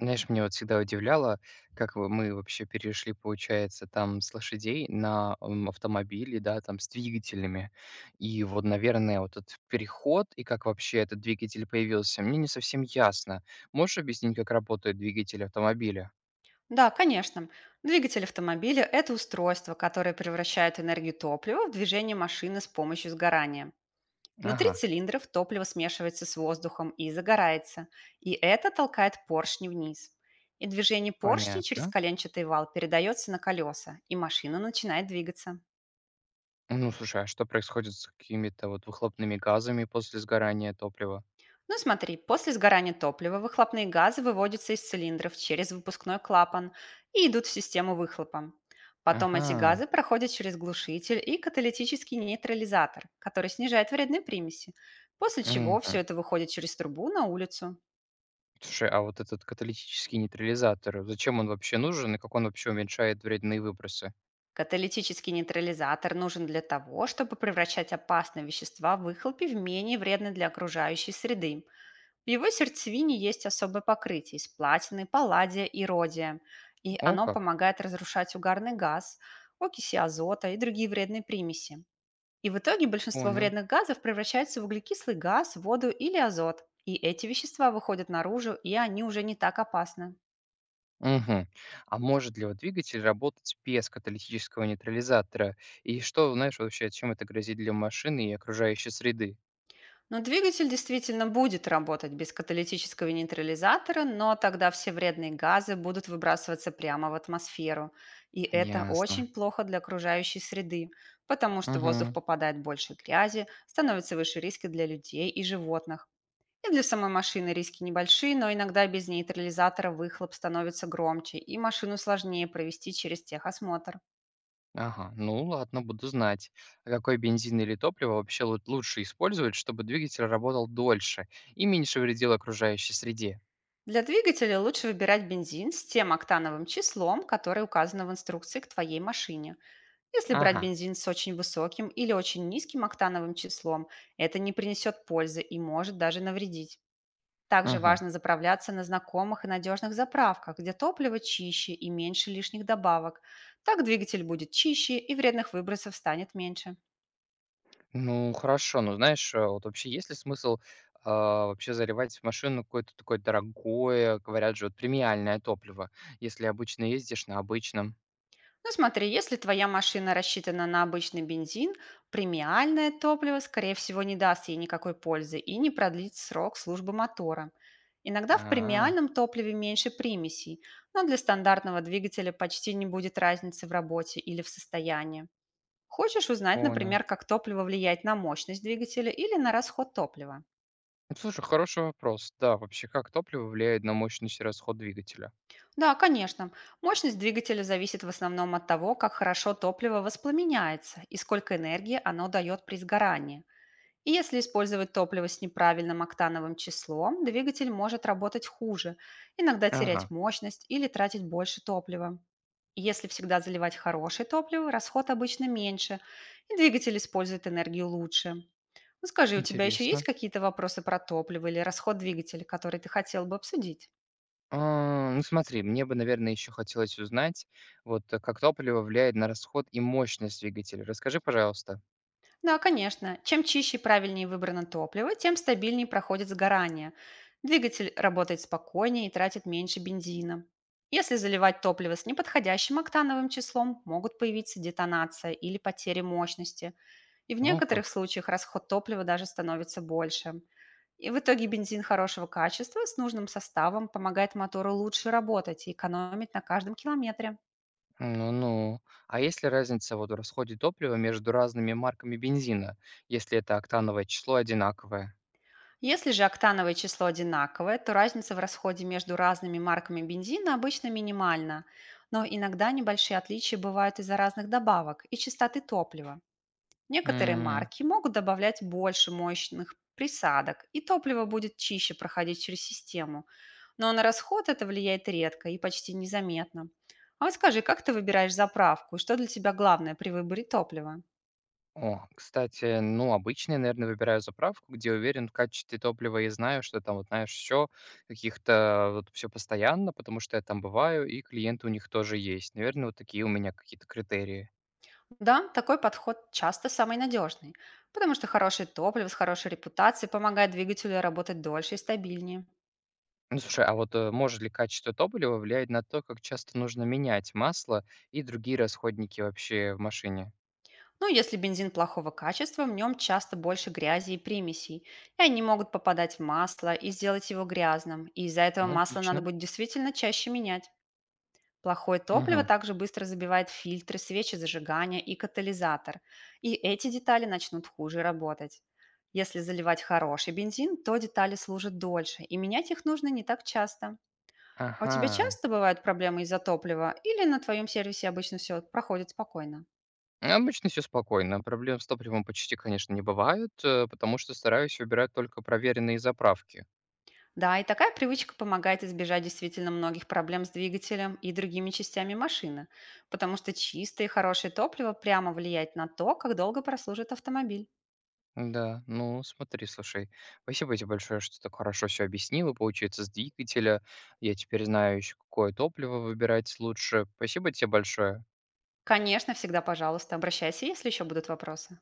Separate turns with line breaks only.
Знаешь, меня вот всегда удивляло, как мы вообще перешли, получается, там с лошадей на автомобили, да, там с двигателями. И вот, наверное, вот этот переход и как вообще этот двигатель появился, мне не совсем ясно. Можешь объяснить, как работает двигатель автомобиля?
Да, конечно. Двигатель автомобиля– это устройство, которое превращает энергию топлива в движение машины с помощью сгорания. Внутри
Ага,
цилиндров топливо смешивается с воздухом и загорается, и это толкает поршни вниз. И движение поршней через
понятно.
коленчатый вал передается на колеса, и машина начинает двигаться.
Ну, слушай, а что происходит с какими-то вот выхлопными газами после сгорания топлива?
Ну смотри, после сгорания топлива выхлопные газы выводятся из цилиндров через выпускной клапан и идут в систему выхлопа. Потом эти
Ага.
газы проходят через глушитель и каталитический нейтрализатор, который снижает вредные примеси, после чего все
Мгм.
это выходит через трубу на улицу.
Слушай, а вот этот каталитический нейтрализатор, зачем он вообще нужен и как он вообще уменьшает вредные выбросы?
Каталитический нейтрализатор нужен для того, чтобы превращать опасные вещества в выхлопе в менее вредные для окружающей среды. В его сердцевине есть особое покрытие из платины, палладия и родия, и
О,
оно
как.
помогает разрушать угарный газ, окиси азота и другие вредные примеси. И в итоге большинство
Понял.
вредных газов превращается в углекислый газ, воду или азот. И эти вещества выходят наружу, и они уже не так опасны.
Мгм. А может ли вот двигатель работать без каталитического нейтрализатора? И что, знаешь, вообще, чем это грозит для машины и окружающей среды?
Но двигатель действительно будет работать без каталитического нейтрализатора, но тогда все вредные газы будут выбрасываться прямо в атмосферу. И это
Ясно.
очень плохо для окружающей среды, потому что в воздух
Мгм.
попадает больше грязи, становятся выше риски для людей и животных. И для самой машины риски небольшие, но иногда без нейтрализатора выхлоп становится громче, и машину сложнее провести через техосмотр.
Ага, ну ладно, буду знать. А какой бензин или топливо вообще лучше использовать, чтобы двигатель работал дольше и меньше вредил окружающей среде?
Для двигателя лучше выбирать бензин с тем октановым числом, которое указано в инструкции к твоей машине. Если брать
Ага.
бензин с очень высоким или очень низким октановым числом, это не принесет пользы и может даже навредить. Также
Мгм.
важно заправляться на знакомых и надежных заправках, где топливо чище и меньше лишних добавок. Так двигатель будет чище и вредных выбросов станет меньше.
Ну, хорошо. Ну, знаешь, вот вообще есть ли смысл, а, вообще заливать в машину какое-то такое дорогое, говорят же, вот премиальное топливо, если обычно ездишь на обычном?
Ну смотри, если твоя машина рассчитана на обычный бензин, премиальное топливо, скорее всего, не даст ей никакой пользы и не продлит срок службы мотора. Иногда в
А,
премиальном топливе меньше примесей, но для стандартного двигателя почти не будет разницы в работе или в состоянии. Хочешь узнать,
понял.
например, как топливо влияет на мощность двигателя или на расход топлива?
Ну, слушай, хороший вопрос. Да, вообще, как топливо влияет на мощность и расход двигателя?
Да, конечно. Мощность двигателя зависит в основном от того, как хорошо топливо воспламеняется и сколько энергии оно дает при сгорании. И если использовать топливо с неправильным октановым числом, двигатель может работать хуже, иногда терять
Ага,
мощность или тратить больше топлива. Если всегда заливать хорошее топливо, расход обычно меньше, и двигатель использует энергию лучше. Ну, скажи,
как
у тебя еще есть
интересно.
какие-то вопросы про топливо или расход двигателя, который ты хотел бы обсудить?
А, ну, смотри, мне бы, наверное, еще хотелось узнать, вот как топливо влияет на расход и мощность двигателя. Расскажи, пожалуйста.
Да, конечно. Чем чище и правильнее выбрано топливо, тем стабильнее проходит сгорание. Двигатель работает спокойнее и тратит меньше бензина. Если заливать топливо с неподходящим октановым числом, могут появиться детонация или потери мощности, и в
О,
некоторых
как.
случаях расход топлива даже становится больше. И в итоге бензин хорошего качества с нужным составом помогает мотору лучше работать и экономить на каждом километре.
Ну-ну. А есть ли разница вот в расходе топлива между разными марками бензина, если это октановое число одинаковое?
Если же октановое число одинаковое, то разница в расходе между разными марками бензина обычно минимальна, но иногда небольшие отличия бывают из-за разных добавок и частоты топлива. Некоторые
М.
марки могут добавлять больше мощных присадок, и топливо будет чище проходить через систему, но на расход это влияет редко и почти незаметно. А вот скажи, как ты выбираешь заправку и что для тебя главное при выборе топлива?
О, кстати, ну, обычно я, наверное, выбираю заправку, где уверен в качестве топлива и знаю, что там, вот, знаешь, все каких-то, вот, все постоянно, потому что я там бываю, и клиенты у них тоже есть. Наверное, вот такие у меня какие-то критерии.
Да, такой подход часто самый надежный, потому что хорошее топливо с хорошей репутацией помогает двигателю работать дольше и стабильнее.
Ну, слушай, а вот может ли качество топлива влиять на то, как часто нужно менять масло и другие расходники вообще в машине?
Но если бензин плохого качества, в нем часто больше грязи и примесей, и они могут попадать в масло и сделать его грязным, и из-за этого масло надо
Логично.
будет действительно чаще менять. Плохое топливо
Мгм.
также быстро забивает фильтры, свечи зажигания и катализатор, и эти детали начнут хуже работать. Если заливать хороший бензин, то детали служат дольше, и менять их нужно не так часто. А у тебя
Ага.
часто бывают проблемы из-за топлива или на твоем сервисе обычно все проходит спокойно?
Ну, обычно все спокойно. Проблем с топливом почти, конечно, не бывает, потому что стараюсь выбирать только проверенные заправки.
Да, и такая привычка помогает избежать действительно многих проблем с двигателем и другими частями машины, потому что чистое и хорошее топливо прямо влияет на то, как долго прослужит автомобиль.
Да, ну смотри, слушай, спасибо тебе большое, что так хорошо все объяснила, получается, с двигателя. Я теперь знаю еще, какое топливо выбирать лучше. Спасибо тебе большое.
Конечно, всегда пожалуйста, обращайся, если еще будут вопросы.